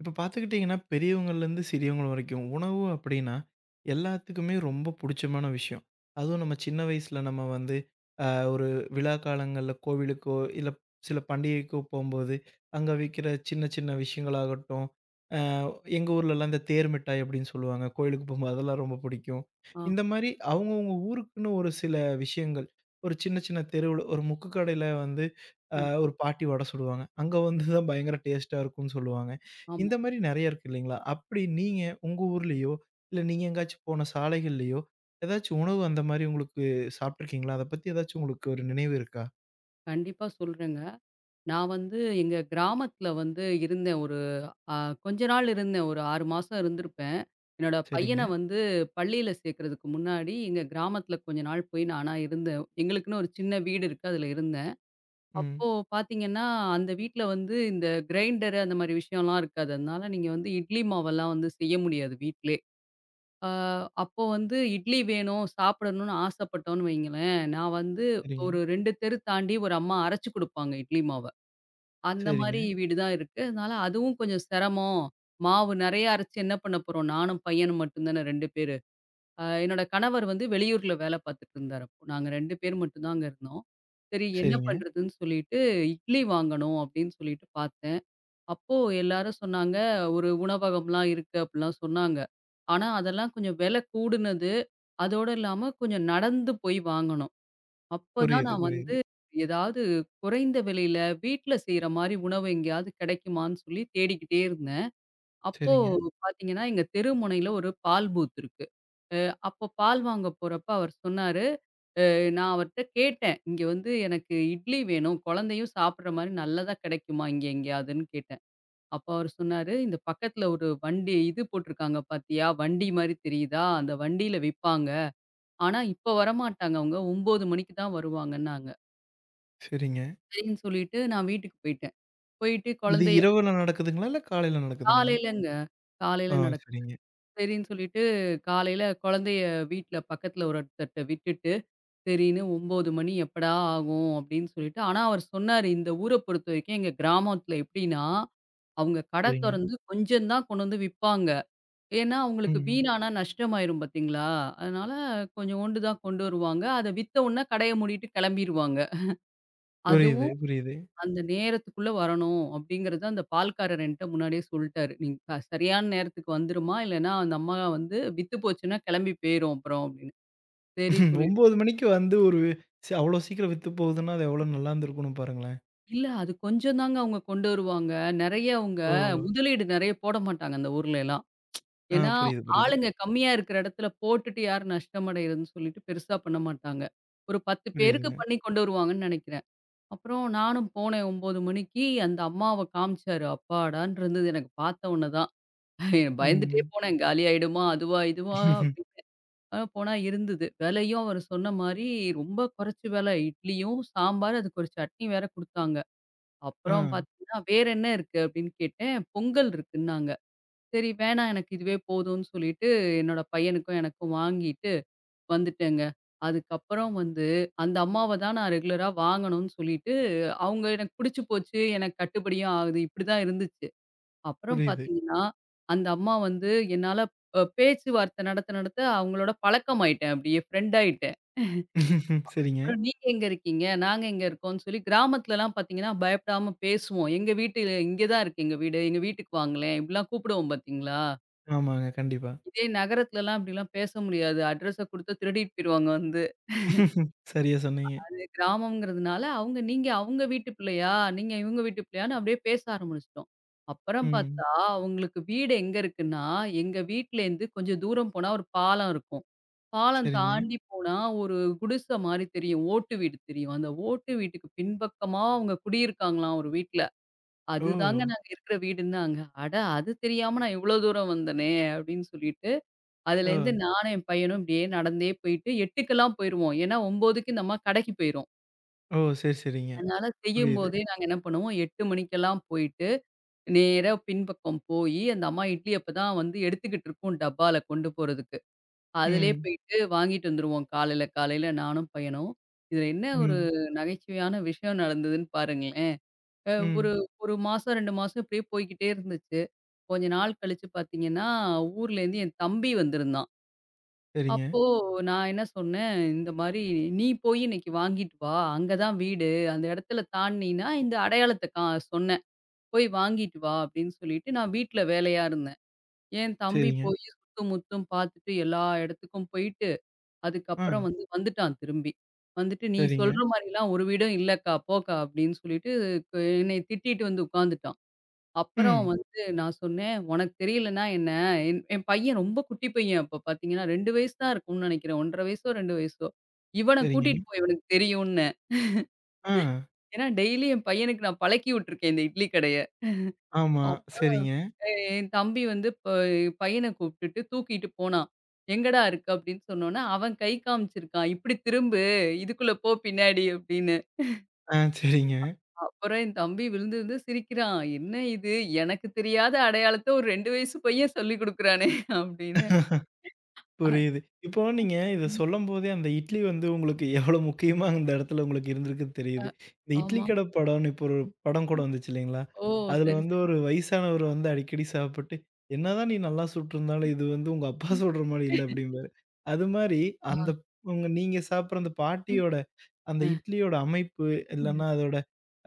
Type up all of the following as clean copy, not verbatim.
இப்ப பார்த்துக்கிட்டிங்கன்னா, பெரியவங்கள்லேருந்து சிறியவங்க வரைக்கும், உணவு அப்டின்னா எல்லாத்துக்குமே ரொம்ப புடிச்சமான விஷயம். அதுவும் நம்ம சின்ன வயசுல நம்ம வந்து ஒரு விழா காலங்கள்ல கோவிலுக்கோ, இல்ல சில பண்டிகைக்கோ போம்போது, அங்க விக்கிற சின்ன சின்ன விஷயங்களாகட்டும், அ எங்க ஊர்லலாம் இந்த தேர் மிட்டாய் அப்டின்னு சொல்லுவாங்க. கோயிலுக்கு போம்போது அதெல்லாம் ரொம்ப புடிக்கும். ஆ, இந்த மாரி அவங்கவங்க ஊருக்குன்னு ஒரு சில விஷயங்கள், ஒரு சின்ன சின்ன தெருவுல ஒரு முக்கு கடையில வந்து அ ம். ஒரு பாட்டி வடை சுடுவாங்க. அங்க வந்து தான் பயங்கர டேஸ்ட்டா இருக்கும்னு சொல்லுவாங்க. ஆமா. இந்த மாரி நெறைய இருக்கு இல்லைங்களா? அப்படி நீங்க உங்க ஊர்லயோ, இல்ல நீங்க எங்கேயாச்சும் போன சாலைகள்லயோ, ஏதாச்சும் உணவு அந்த மாரி உங்களுக்கு சாப்ட்டுருக்கீங்களா? அத பத்தி ஏதாச்சும் உங்களுக்கு ஒரு நினைவு இருக்கா? கண்டிப்பா சொல்றேங்க. நான் வந்து எங்க கிராமத்துல வந்து இருந்தேன். ஒரு அ கொஞ்ச நாள் இருந்தேன். ஒரு 6 மாசம் இருந்திருப்பேன். என்னோட பையன சரிங்க. வந்து பள்ளியில சேர்க்கறதுக்கு முன்னாடி, எங்க கிராமத்துல கொஞ்ச நாள் போய் நானா இருந்தேன். எங்களுக்குன்னு ஒரு சின்ன வீடு இருக்கு. அதுல இருந்தேன். ம். அப்போ பார்த்தீங்கன்னா, அந்த வீட்ல வந்து இந்த கிரைண்டரு அந்த மாரி விஷயம்லாம் இருக்காது. அதனால நீங்க வந்து இட்லி மாவெல்லாம் வந்து செய்ய முடியாது வீட்லே. அ அப்போ வந்து இட்லி வேணும், சாப்பிடணும்னு ஆசைப்பட்டோம்ன்னு வைங்களேன், நான் வந்து சரிங்க, ஒரு 2 தெரு தாண்டி ஒரு அம்மா அரைச்சு குடுப்பாங்க இட்லி மாவ. அந்த சரிங்க, மாரி வீடு தான் இருக்கு. அதனால அதுவும் கொஞ்சம் சிரமம். மாவு நெறைய அரைச்சு என்ன பண்ண போறோம்? நானும் பையனும் மட்டும் தானே 2 பேரு. என்னோட கணவர் வந்து வெளியூர்ல வேலை பார்த்துட்டு இருந்தாரு அப்போ. நாங்க 2 பேர் மட்டும் தான் அங்க இருந்தோம். சரி என்ன சரிங்க. பண்றதுன்னு சொல்லிட்டு, இட்லி வாங்கணும் அப்படின்னு சொல்லிட்டு பார்த்தேன். அப்போ எல்லாரும் சொன்னாங்க, "ஒரு உணவகம்லாம் இருக்கு" அப்படிலாம் சொன்னாங்க. ஆனா, அதெல்லாம் கொஞ்சம் விலை கூடுனது. அதோட இல்லாம கொஞ்சம் நடந்து போய் வாங்கணும். அப்பதான் புரியுது, நான் வந்து புரியுது. ஏதாவது குறைந்த விலையில வீட்ல செய்ற மாரி உணவு எங்கேயாவது கிடைக்குமான்னு சொல்லி தேடிக்கிட்டே இருந்தேன். அப்போ சரிங்க, பார்த்தீங்கன்னா, எங்க தெரு முனையில ஒரு பால் பூத் இருக்கு. அப்போ பால் வாங்க போறப்ப அவர் சொன்னாரு, நான் அவர்ட்ட கேட்டேன். "இங்க வந்து எனக்கு இட்லி வேணும். குழந்தையும் சாப்பிடுற மாரி நல்லதா கிடைக்குமா இங்க எங்கேயாதுன்னு?" கேட்டேன். அப்ப அவரு சொன்னாரு, "இந்த பக்கத்துல ஒரு வண்டி இது போட்டிருக்காங்க பாத்தியா? வண்டி மாரி தெரியுதா? அந்த வண்டியில விப்பாங்க. ஆனா இப்ப வரமாட்டாங்க அவங்க. 9 மணிக்கு தான் வருவாங்கன்னாங்க." சரிங்க. சரின்னு சொல்லிட்டு நான் வீட்டுக்கு போயிட்டேன். போயிட்டு இது குழந்தைய இரவுல நடக்குதுங்களா? இல்ல காலையில நடக்குதுங்களா? காலையிலங்க. காலையில ஆ, நடக்கும். சரிங்க, சரின்னு சொல்லிட்டு காலையில குழந்தைய வீட்ல பக்கத்துல ஒருத்தர்ட்ட விட்டுட்டு, சரின்னு 9 மணி எப்படா ஆகும்? அப்படின்னு சொல்லிட்டு ஆனா அவர் சொன்னாரு, "இந்த ஊர பொறுத்தவரைக்கும் எங்க கிராமத்துல எப்படின்னா, அவங்க கடை சரிங்க. தொறந்து கொஞ்சம் தான் கொண்டு வந்து விப்பாங்க. ஏன்னா, அவங்களுக்கு ம். வீணானா நஷ்டமாயிரும் பார்த்தீங்களா? அதனால கொஞ்சோண்டு தான் கொண்டு வருவாங்க. அத வித்த உடனே கடைய மூடிட்டு கிளம்பிருவாங்க. புரியுது, அதுவும் புரியுது. அந்த நேரத்துக்குள்ள வரணும் அப்படிங்கிறத அந்த பால்காரர் என்ட்ட முன்னாடியே சொல்ட்டாரு. நீ சரியான நேரத்துக்கு வந்துருமா, இல்லன்னா அந்த அம்மா வந்து வித்து போச்சுன்னா கிளம்பி போயிரும் அப்புறம் அப்படின்னு. சரி சொல்லிட்டு 9:00 மணிக்கு வந்து ஒரு அவ்வளோ சீக்கிரம் வித்து போகுதுன்னா, அது எவ்வளோ நல்லா இருந்திருக்கணும் பாருங்களேன். இல்ல அது கொஞ்சம் தாங்க அவங்க கொண்டு வருவாங்க. நெறைய அவங்க ஓ! முதலீடு நெறைய போட மாட்டாங்க அந்த ஊர்லலாம். ஆ, ஏன்னா, புரியுது, புரியுது. ஆளுங்க கம்மியா இருக்கிற இடத்துல போட்டுட்டு யார் நஷ்டமடைறதுன்னு சொல்லிட்டு பெருசா பண்ண மாட்டாங்க. ஒரு 10 பேருக்கு புரியுதுங்க. பண்ணி கொண்டு வருவாங்கன்னு நெனைக்கிறேன். அப்புறம் நானும் போனேன் 9 மணிக்கு அந்த அம்மாவ காமிச்சாரு. அப்பாடான்னு இருந்தது எனக்கு பார்த்த உடனே தான். பயந்துட்டே ம். போனேன். காலியாயிடுமா? அதுவா? இதுவா? அப்படின்னு. போனா இருந்தது. விலையும் அவர் சொன்ன மாரி ரொம்ப குறைச்ச விலை. இட்லியும், சாம்பார் அதுக்கு ஒரு சட்னி வேற குடுத்தாங்க. ஆ, அப்புறம் பார்த்தீங்கன்னா, "வேற என்ன இருக்கு?" அப்படின்னு கேட்டேன். "பொங்கல் இருக்குன்னாங்க." சரி வேணாம் எனக்கு இதுவே போதும்னு சொல்லிட்டு, என்னோட பையனுக்கும் எனக்கும் வாங்கிட்டு வந்துட்டேங்க. அதுக்கப்புறம் வந்து அந்த அம்மாவ தான் நான் ரெகுலரா வாங்கணும்னு சொல்லிட்டு, அவங்க எனக்கு பிடிச்சு போச்சு, எனக்கு கட்டுப்படியும் ஆகுது. இப்படிதான் இருந்துச்சு. அப்புறம் புரியுது. பார்த்தீங்கன்னா, அந்த அம்மா வந்து என்னால பேச்சுவார்த்தை நடத்த நடத்த அவங்களோட பழக்கமாயிட்டேன் அப்படியே ஃப்ரெண்ட் ஆயிட்டேன். சரிங்க. அப்புறம் நீங்க எங்க இருக்கீங்க? நாங்க எங்க இருக்கோம்ன்னு சொல்லி கிராமத்துலலாம் பார்த்தீங்கன்னா, பயப்படாம பேசுவோம். எங்க வீட்டு இங்க தான் இருக்கு எங்க வீடு. எங்க வீட்டுக்கு வாங்களேன். இப்படிலாம் கூப்பிடுவோம் பார்த்தீங்களா? ஆமாங்க. கண்டிப்பா. இதே நகரத்துலலாம் அப்படிலாம் பேச முடியாது. அட்ரஸ குடுத்தா திருடிட்டு போயிருவாங்க வந்து. சரியா சொன்னீங்க. அது கிராமம்ங்கிறதுனால அவங்க நீங்க அவங்க வீட்டு பிள்ளையா? நீங்க இவங்க வீட்டு பிள்ளையான்னு அப்படியே பேச ஆரம்பிச்சுட்டோம். அப்புறம் ம். பார்த்தா அவங்களுக்கு வீடு எங்க இருக்குன்னா, எங்க வீட்லேருந்து கொஞ்சம் தூரம் போனா ஒரு பாலம் இருக்கும். பாலம் சரிங்க. தாண்டி போனா ஒரு குடிசை மாரி தெரியும். ஓட்டு வீடு தெரியும். அந்த ஓட்டு வீட்டுக்கு பின்பக்கமா அவங்க குடியிருக்காங்களாம் ஒரு வீட்ல. ஓ! அதுதாங்க நாங்க இருக்கிற வீடுன்னாங்க. அட! அது தெரியாம நான் இவ்வளோ தூரம் வந்தனே! அப்படின்னு சொல்லிட்டு ஓ! அதுலேருந்து நானும் என் பையனும் இப்படியே நடந்தே போயிட்டு 8க்கெல்லாம் போயிருவோம். ஏன்னா 9க்கு இந்த அம்மா கடைக்கு போயிரும். ஓ! சரி, சரிங்க. அதனால புரியுது. செய்யும்போதே நாங்க என்ன பண்ணுவோம் 8 மணிக்கெல்லாம் போயிட்டு, நேரா பின்பக்கம் போயி அந்த அம்மா இட்லி அப்பதான் வந்து எடுத்துக்கிட்டு இருக்கும் டப்பால கொண்டு போறதுக்கு. அதிலேயே ம். போயிட்டு வாங்கிட்டு வந்துருவோம் காலையில காலையில நானும் பையனும். இதில என்ன ஒரு ம். நகைச்சுவையான விஷயம் நடந்ததுன்னு பாருங்களேன். ஒரு ம். 1 மாசம் 2 மாசம் இப்படியே போய்க்கிட்டே இருந்துச்சு. கொஞ்ச நாள் கழிச்சு பார்த்தீங்கன்னா, ஊர்லேருந்து என் தம்பி வந்திருந்தான். சரிங்க. அப்போ நான் என்ன சொன்னேன், இந்த மாரி "நீ போய் இன்னைக்கு வாங்கிட்டு வா. அங்க தான் வீடு. அந்த இடத்துல தாண்டினா இந்த அடையாளத்த சொன்னேன். போய் வாங்கிட்டு வா" அப்படின்னு சொல்லிட்டு நான் வீட்ல வேலையா இருந்தேன். என் தம்பி சரிங்க. போய் சுத்தும், முத்தும் பார்த்துட்டு எல்லா இடத்துக்கும் போயிட்டு, ஆ. அதுக்கப்புறம் வந்து வந்துட்டான் திரும்பி. வந்துட்டு "நீ சரிங்க. சொல்ற மாரிலாம் ஒரு வீடும் இல்லக்கா, போக்கா" அப்படின்னு சொல்லிட்டு க என்னைய திட்டிட்டு வந்து உட்காந்துட்டான். அப்புறம் ம். வந்து நான் சொன்னேன், "உனக்கு தெரியலன்னா என்ன?" என் என் பையன் ரொம்ப குட்டி பையன். அப்ப பார்த்தீங்கன்னா, 2 வயசு தான் இருக்கும்னு நெனைக்கிறேன். 1 1/2 வயசோ, 2 வயசோ. இவன சரிங்க. கூட்டிட்டு போ இவனுக்கு தெரியும்னேன். ஆ. ஏன்னா, டெய்லி என் பையனுக்கு நான் பழக்கி விட்டுருக்கேன் இந்த இட்லி கடைய. ஆமா. அப்புறம் சரிங்க. எ என் தம்பி வந்து பையன கூப்ட்டுட்டு தூக்கிட்டு போனான். "எங்கடா இருக்கு?" அப்படின்னு சொன்னோனே, அவன் கை காமிச்சிருக்கான். "இப்படி திரும்பு, இதுக்குள்ள போ பின்னாடி" அப்படின்னு. ஆ. சரிங்க. அப்புறம் என் தம்பி விழுந்து விழுந்து சிரிக்கிறான். "என்ன இது? எனக்கு தெரியாத அடையாளத்த ஒரு 2 வயசு பையன் சொல்லிக் குடுக்குறானே!" அப்படின்னு. அ புரியுது. இப்போ நீங்க இத ம். சொல்லும்போதே, அந்த இட்லி வந்து உங்களுக்கு எவ்வளோ முக்கியமா அந்த இடத்துல உங்களுக்கு இருந்திருக்குன்னு அ தெரியுது. இந்த இட்லி ஆமா. கடை படம்னு இப்போ ஒரு ம். படம் கூட ம். வந்துச்சு இல்லைங்களா? ஓ! அதுல சரி, வந்து சரி. ஒரு வயசானவர் வந்து அடிக்கடி சாப்பிட்டு, "என்னதான் நீ நல்லா சுட்டிருந்தாலும், இது வந்து உங்க அப்பா ம். சுடுற மாரி இல்ல" அப்படிம்பாரு. அது மாரி ஆ. அந்த உங்க நீங்க சாப்பிடுற அந்த ம். பாட்டியோட அந்த அ. இட்லியோட அமைப்பு, ம். இல்லன்னா அதோட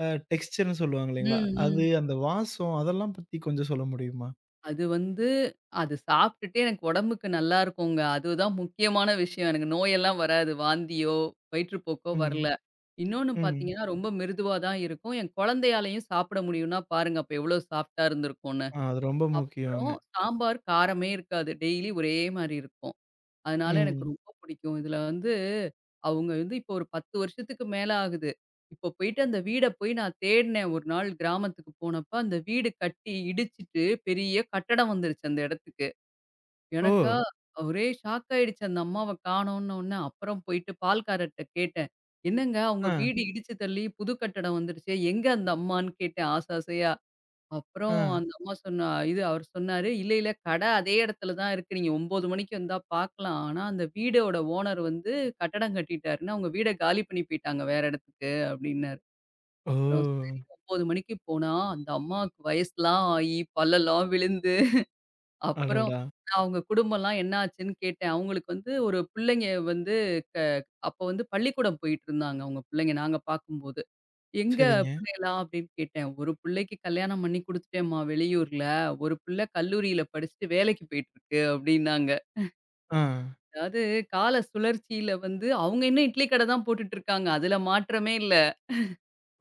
டெக்ஸ்டர்ன்னு சொல்லுவாங்க இல்லைங்களா? ம், அது ம். அந்த வாசம் அதெல்லாம் பத்தி கொஞ்சம் சொல்ல முடியுமா? அது வந்து அது சாப்பிட்டுட்டு எனக்கு உடம்புக்கு நல்லா இருக்குங்க. அதுதான் முக்கியமான விஷயம். எனக்கு நோயெல்லாம் வராது. வாந்தியோ, வயிற்றுப்போக்கோ வரல. ம், இன்னொன்னு ம். பார்த்தீங்கன்னா, ரொம்ப மிருதுவா தான் இருக்கும். என் குழந்தையாலயும் சாப்பிட முடியும்னா பாருங்க, அப்ப எவ்வளோ சாஃப்ட்டா இருந்திருக்கும்னு. ஆ, அது ரொம்ப முக்கியங்க. அப்புறம் சாம்பார் காரமே இருக்காது. டெய்லி ஒரே மாரி இருக்கும். அதனால எனக்கு ம். ரொம்ப பிடிக்கும். இதுல வந்து அவங்க வந்து இப்போ ஒரு 10 வருஷத்துக்கு மேல ஆகுது. இப்போ போயிட்டு அந்த வீட போய் நான் தேடினேன் ஒரு நாள் கிராமத்துக்கு போனப்ப, அந்த வீடு கட்டி இடிச்சுட்டு பெரிய கட்டடம் வந்துருச்சு அந்த இடத்துக்கு. ஓ! எனக்கா ஒரே ஷாக் ஆயிடுச்சு அந்த அம்மாவ காணோன்னோன்ன. அப்புறம் போயிட்டு பால்காரர்ட்ட கேட்டேன். என்னங்க அவங்க ஆ, வீடு இடிச்சு தள்ளி புது கட்டடம் வந்துருச்சே எங்க அந்த அம்மான்னு கேட்டேன் ஆசை ஆசையா. ஆ. அப்புறம் அந்த அம்மா சொன்னா இது அவர் சொன்னாரு, "இல்ல, இல்ல கடை அதே இடத்துல தான் இருக்கு. நீங்க 9 மணிக்கு வந்தா பார்க்கலாம். ஆனா அந்த வீடோட ஓனர் வந்து கட்டடம் கட்டிட்டாருன்னு, அவங்க வீட காலி பண்ணி போயிட்டாங்க வேற இடத்துக்கு" அப்படின்னாரு. அப்புறம் ஓ! சரி 9 மணிக்கு போனா, அந்த அம்மாவுக்கு வயசுலாம் ஆகி, பல்லெல்லாம் விழுந்து, அப்புறம் அடடா! நான் அவங்க குடும்பம்லாம் என்ன ஆச்சுன்னு கேட்டேன். அவங்களுக்கு வந்து ஒரு பிள்ளைங்க வந்து க அப்போ வந்து பள்ளிக்கூடம் போயிட்டுருந்தாங்க அவங்க பிள்ளைங்க நாங்க பார்க்கும்போது. எங்க சரிங்க. புள்ளையலாம் அப்படின்னு கேட்டேன். ஒரு புள்ளைக்கு கல்யாணம் பண்ணி குடுத்துட்டேன்ம்மா வெளியூர்ல. ஒரு புள்ள கல்லூரியில படிச்சுட்டு வேலைக்கு போயிட்டுருக்கு அப்படின்னாங்க. ஆ. அதாவது கால சுழற்சியில வந்து அவங்க இன்னும் இட்லி கடை தான் போட்டுட்டு இருக்காங்க. அதுல மாற்றமே இல்ல.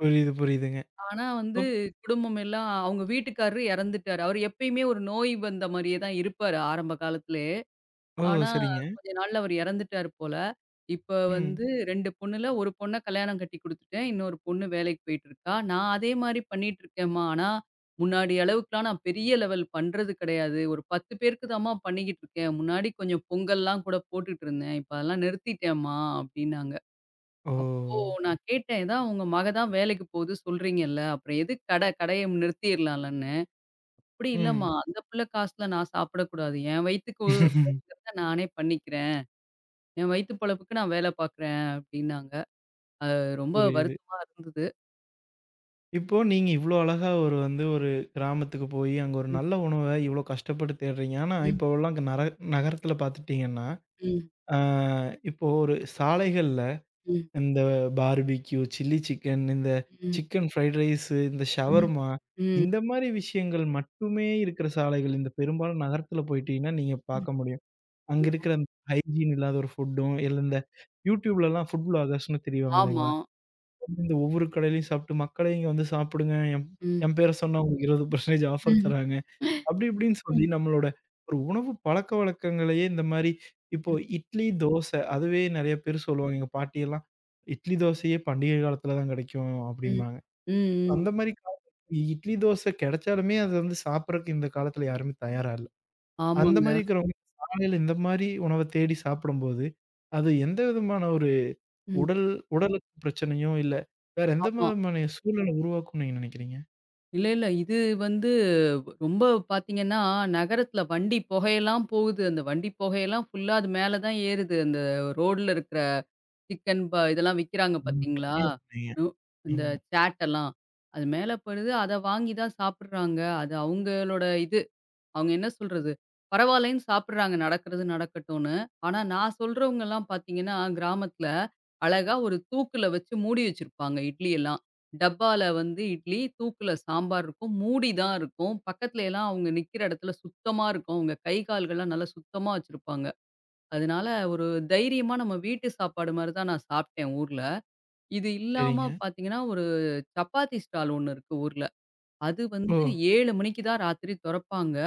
புரியுது, புரியுதுங்க. ஆனா வந்து அப் குடும்பம் எல்லாம் அவங்க வீட்டுக்காரரு இறந்துட்டாரு. அவர் எப்பயுமே ஒரு நோய் வந்த மாரியே தான் இருப்பாரு ஆரம்ப காலத்துல ஓ! ஆனா, சரிங்க. கொஞ்ச நாள்ல அவரு இறந்துட்டாரு போல. இப்ப ம். வந்து 2 பொண்ணுல ஒரு பொண்ண கல்யாணம் கட்டி குடுத்துட்டேன். இன்னொரு பொண்ணு வேலைக்கு போயிட்டுருக்கா. நான் அதே மாரி பண்ணிட்டுருக்கேம்மா. ஆனா, முன்னாடி அளவுக்குலாம் நான் பெரிய லெவல் பண்றது கிடையாது. ஒரு 10 பேருக்கு தாம்மா பண்ணிக்கிட்டு இருக்கேன். முன்னாடி கொஞ்சம் பொங்கல்லாம் கூட போட்டுட்டு இருந்தேன். இப்ப அதெல்லாம் நிறுத்திட்டேம்மா அப்டின்னாங்க. அப்போ ஓ! நான் கேட்டேன், "இதான் உங்க மக தான் வேலைக்கு போகுது சொல்றீங்கல்ல. அப்புறம் எதுக்கு கடைய நிறுத்திர்லாம்லன்னு." "அப்டி இல்லம்மா. ம். அந்த புள்ள காசுல நான் சாப்பிடக்கூடாது. என் வயித்துக்கு நானே பண்ணிக்கிறேன்." என் வயித்து பொழப்புக்கு நான் வேலை பார்க்குறேன் அப்டின்னாங்க. அது ரொம்ப புரியுது. வருத்தமா இருந்தது. இப்போ நீங்க இவ்ளோ அழகா ஒரு வந்து ஒரு கிராமத்துக்கு போயி, அங்க ஒரு ம், நல்ல உணவ இவ்ளோ கஷ்டப்பட்டு தேடுறீங்க. ஆனா ம், இப்போலாம் நகரத்தில பார்த்துட்டீங்கன்னா, ம், ஆ, இப்போ ஒரு சாலைகள்ல ம், இந்த பார்பிக்யூ, சில்லி சிக்கன், இந்த ம், சிக்கன் ஃப்ரைட் ரைஸு, இந்த ம், ஷவர்மா, ம், இந்த மாரி விஷயங்கள் மட்டுமே இருக்கிற சாலைகள் இந்த பெரும்பாலும் நகரத்தில போயிட்டீங்கன்னா, நீங்க ம். பார்க்க முடியும். அங்க இருக்கிற அந்த ஹைஜீன் இல்லாத ஒரு ஃபுட்டும், இல்ல இந்த யூடியூப்லலாம் ஃபுட் வ்ளாகர்ஸ்ன்னு திரிவாங்க ஆமா. இல்லைங்களா? இந்த ஒவ்வொரு கடையிலயும் சாப்பிட்டு மக்களே இங்க வந்து சாப்பிடுங்க. என் ம், என் பேர சொன்னா உங்களுக்கு 20% ஆஃபர் ம், தராங்க. அப்படி இப்படின்னு சொல்லி ம், நம்மளோட ஒரு உணவு பழக்கவழக்கங்களையே இந்த மாரி இப்போ ம், இட்லி, தோசை அதுவே நெறைய பேர் சொல்லுவாங்க. எங்க பாட்டியெல்லாம், "இட்லி, தோசையே பண்டிகை காலத்தில தான் கெடைக்கும்" ம், அப்படிம்பாங்க. ம். அந்த மாரி காலத்துல இட்லி, தோசை கெடைச்சாலுமே அத வந்து சாப்பிடறக்கு இந்த காலத்தில யாருமே தயாரா இல்ல. அந்த ஆமாங்க. மாரி இருக்கிறவங்க காலையில இந்த மாரி உணவ தேடி சாப்பிடும்போது, அது எந்த விதமான ஒரு ம். உடல் உடலுக்கு பிரச்சனையோ, இல்ல வேற எந்த ஆமா. விதமான சூழல உருவாக்கும்னு நீங்க நெனைக்கிறீங்க? இல்ல, இல்ல. இது வந்து ரொம்ப பார்த்தீங்கன்னா, நகரத்தில வண்டி புகையெல்லாம் போகுது. அந்த வண்டி புகையெல்லாம் ஃபுல்லா அது மேல தான் ஏறுது. அந்த ரோட்ல இருக்கிற சிக்கன் இதெல்லாம் விக்கிறாங்க ம். பார்த்தீங்களா? சரியா சொன்னீங்க. நு இந்த ஆமாங்க. சாட் எல்லாம். அது மேல படுது. அத வாங்கி தான் சாப்பிடுறாங்க. அது அவங்களோட இது. அவங்க என்ன சொல்றது? பரவாயில்லன்னு சாப்பிடுறாங்க. நடக்கிறது நடக்கட்டும்னு. ஆனா நான் சொல்றவங்கலாம் பார்த்தீங்கன்னா, கிராமத்தில அழகா ஒரு தூக்குல வச்சு மூடி வச்சிருப்பாங்க இட்லி எல்லாம். டப்பால வந்து இட்லி, தூக்குல சாம்பார் இருக்கும். மூடி தான் இருக்கும். பக்கத்துல எல்லாம் அவங்க நிக்கிற இடத்துல சுத்தமா இருக்கும். அவங்க கை, கால்கள்லாம் நல்லா சுத்தமா வச்சிருப்பாங்க. அதனால ஒரு தைரியமா நம்ம வீட்டு சாப்பாடு மாரி தான் நான் சாப்பிட்டேன் ஊர்ல. இது இல்லாம சரிங்க. பார்த்தீங்கன்னா, ஒரு சப்பாத்தி ஸ்டால் ஒண்ணு இருக்கு ஊர்ல. அது ஓ! வந்து 7 மணிக்கு தான் ராத்திரி தொறப்பாங்க.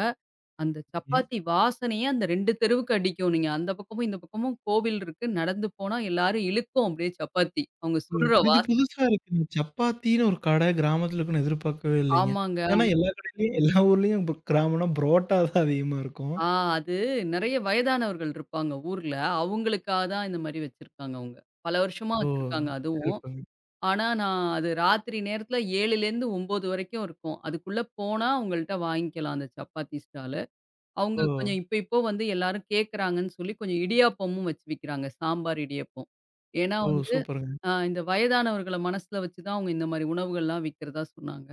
அந்த சப்பாத்தி வாசனையே அந்த 2 தெருவுக்கு அடிக்கும். நீங்க அந்த பக்கமும், இந்த பக்கமும் கோவில் இருக்கு. நடந்து போனா எல்லாரும் இழுக்கும் அப்படியே சப்பாத்தி. அவங்க ஓ! சுடுற இது வாச புதுசா இருக்குங்க. சப்பாத்தின்னு ஒரு கடை கிராமத்துல இருக்குன்னு எதிர்பார்க்கவே இல்லைங்க. ஆமாங்க. ஏன்னா எல்லா கடையிலயும் எல்லா ஊர்லயும் இப்ப கிராமம்னா புரோட்டா தான் அதிகமா இருக்கும். ஆ அது நெறைய வயதானவர்கள் இருப்பாங்க ஊர்ல. அவங்களுக்காக தான் இந்த மாரி வச்சிருக்காங்க அவங்க. பல வருஷமா ஓ! வச்சிருக்காங்க அதுவும். சிறப்புங்க. ஆனா, நான் அது ராத்திரி நேரத்தில 7லேருந்து 9 வரைக்கும் இருக்கும். அதுக்குள்ள போனா அவங்கள்ட்ட வாங்கிக்கலாம் அந்த சப்பாத்தி ஸ்டாலு. அவங்க ஓ! கொஞ்சம் இப்ப இப்போ வந்து எல்லாரும் கேட்கறாங்கன்னு சொல்லி கொஞ்சம் இடியாப்பமும் வச்சு விக்கிறாங்க. சாம்பார் இடியாப்பம். ஏன்னா ஓ! வந்து சூப்பருங்க. இந்த வயதானவர்கள மனசுல வச்சு தான் அவங்க இந்த மாரி உணவுகள்லாம் விக்கிறதா சொன்னாங்க.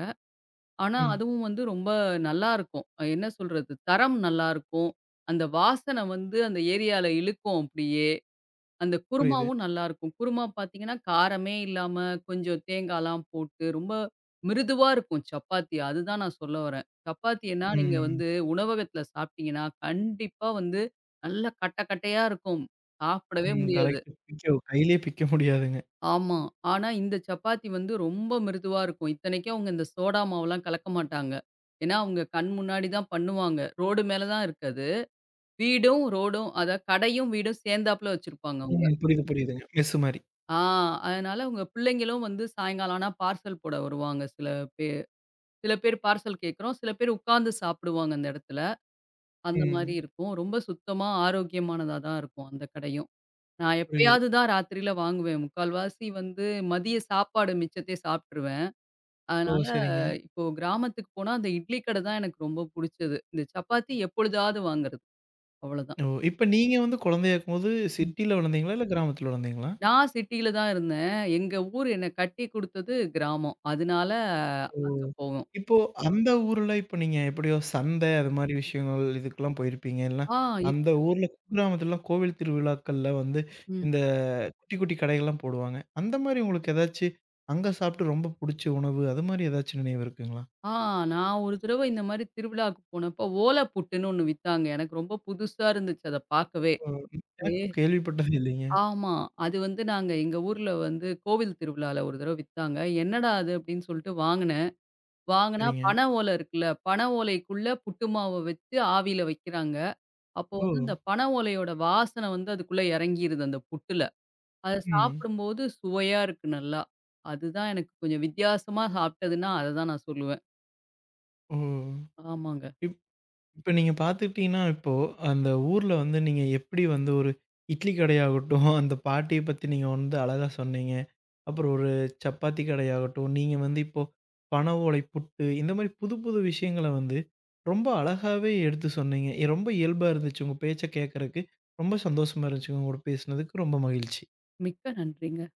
ஆனா, ம். அதுவும் வந்து ரொம்ப நல்லாருக்கும். என்ன சொல்றது? தரம் நல்லாருக்கும். அந்த வாசன வந்து அந்த ஏரியால இழுக்கும் அப்படியே. அந்த புரியுது. குருமாவும் நல்லாருக்கும். குருமா பார்த்தீங்கன்னா, காரமே இல்லாம கொஞ்சம் தேங்காய்லாம் போட்டு, ரொம்ப மிருதுவா இருக்கும் சப்பாத்தி. அதுதான் நான் சொல்ல வரேன். சப்பாத்தின்னா நீங்க ம். வந்து உணவகத்துல சாப்பிட்டீங்கன்னா, கண்டிப்பா வந்து நல்லா கட்ட கட்டையா இருக்கும். சாப்பிடவே ம். முடியாது. கரெக்ட். பிக்க கையிலயே பிக்க முடியாதுங்க. ஆமா. ஆனா இந்த சப்பாத்தி வந்து ரொம்ப மிருதுவா இருக்கும். இத்தனைக்கும் அவங்க இந்த சோடா மாவுலாம் கலக்க மாட்டாங்க. ஏன்னா, அவங்க கண் முன்னாடி தான் பண்ணுவாங்க. ரோடு மேல தான் இருக்கு அது. வீடும், ரோடும் அதான் கடையும், வீடும் சேர்ந்தாப்புல வச்சிருப்பாங்க அவங்க. ம். புரியுது, புரியுதுங்க. மெஸ் மாரி. ஆ அதனால உங்க பிள்ளைங்களும் வந்து சாயங்காலம் ஆனா பார்சல் போட வருவாங்க சில பேர். சில பேர் பார்சல் கேட்குறோம், சில பேர் உட்கார்ந்து சாப்பிடுவாங்க அந்த இடத்துல. அந்த மாரி ம். இருக்கும். ரொம்ப சுத்தமா ஆரோக்கியமானதா தான் இருக்கும் அந்த கடையும். நான் புரியுது. எப்பயாவது தான் ராத்திரியில வாங்குவேன். முக்கால்வாசி வந்து மதிய சாப்பாடு மிச்சத்தை சாப்ட்டுருவேன். ஓ! அதனால சரிங்க. இப்போ கிராமத்துக்கு போனா அந்த இட்லி கடை தான் எனக்கு ரொம்ப புடிச்சது. இந்த சப்பாத்தி எப்பொழுதாவது வாங்குறது அவ்வளோதான். ஓ! இப்ப நீங்க வந்து குழந்தையா இருக்கும்போது ம். சிட்டில வளர்ந்தீங்களா? இல்ல கிராமத்துல வளர்ந்தீங்களா? நான் சிட்டியில தான் இருந்தேன். எங்க ஊர் என்ன கட்டி குடுத்தது கிராமம். அதனால ஓ! அங்க போவோம். இப்போ அந்த ஊர்ல இப்ப நீங்க எப்படியோ சந்தை அது மாரி விஷயங்கள் இதுக்கெல்லாம் போயிருப்பீங்க. இல்லனா ஆ, இரு அந்த ஊர்ல குக்கிராமத்துலலாம் கோவில் திருவிழாக்கள்ல வந்து ம். இந்த குட்டி குட்டி கடைகள்லாம் போடுவாங்க. அந்த மாரி உங்களுக்கு ஏதாச்சு அங்க சாப்பிட்டு ரொம்ப புடிச்ச உணவு அது மாரி ஏதாச்சும் நினைவு இருக்குங்களா? ஆ நான் ஒரு தடவ இந்த மாரி திருவிழாவுக்கு போனப்போ ஓலை புட்டுன்னு ஒண்ணு வித்தாங்க. எனக்கு ரொம்ப புதுசா இருந்துச்சு அத பார்க்கவே. ஓ! ஏ எனக்கும் கேள்விப்பட்டது இல்லைங்க. ஆமா. அது வந்து நாங்க எங்க ஊர்ல வந்து கோவில் திருவிழால ஒரு தடவ வித்தாங்க. என்னடா அது அப்படின்னு சொல்லிட்டு வாங்குனேன். வாங்குனா சரிங்க. பனை ஓலை இருக்குல்ல, பனை ஓலைக்குள்ள புட்டு மாவ வச்சு ஆவியில வைக்கிறாங்க. அப்போ ஓ! வந்து அந்த பனை ஓலையோட வாசனை வந்து அதுக்குள்ள இறங்கிருது அந்த புட்டுல. அத ம். சாப்பிடும்போது சுவையா இருக்கு நல்லா. அதுதான் எனக்கு கொஞ்சம் வித்தியாசமா சாப்பிட்டதுன்னா, அததான் நான் சொல்லுவேன். ஓ! ஆமாங்க. இப் இப்ப நீங்க பார்த்துக்கிட்டீங்கன்னா, இப்போ அந்த ஊர்ல வந்து நீங்க எப்படி வந்து ஒரு இட்லி கடையாகட்டும், அந்த பாட்டிய பத்தி நீங்க வந்து அழகா சொன்னீங்க. அப்புறம் ஒரு சப்பாத்தி கடையாகட்டும், நீங்க வந்து இப்போ பனை ஓலை புட்டு, இந்த மாரி புது புது விஷயங்கள வந்து ரொம்ப அழகாவே எடுத்து சொன்னீங்க. ரொம்ப இயல்பா இருந்துச்சு. உங்க பேச்ச கேட்கறக்கு ரொம்ப சந்தோஷமா இருந்துச்சுங்க. உங்க கூட பேசினதுக்கு ரொம்ப மகிழ்ச்சி. மிக்க நன்றிங்க.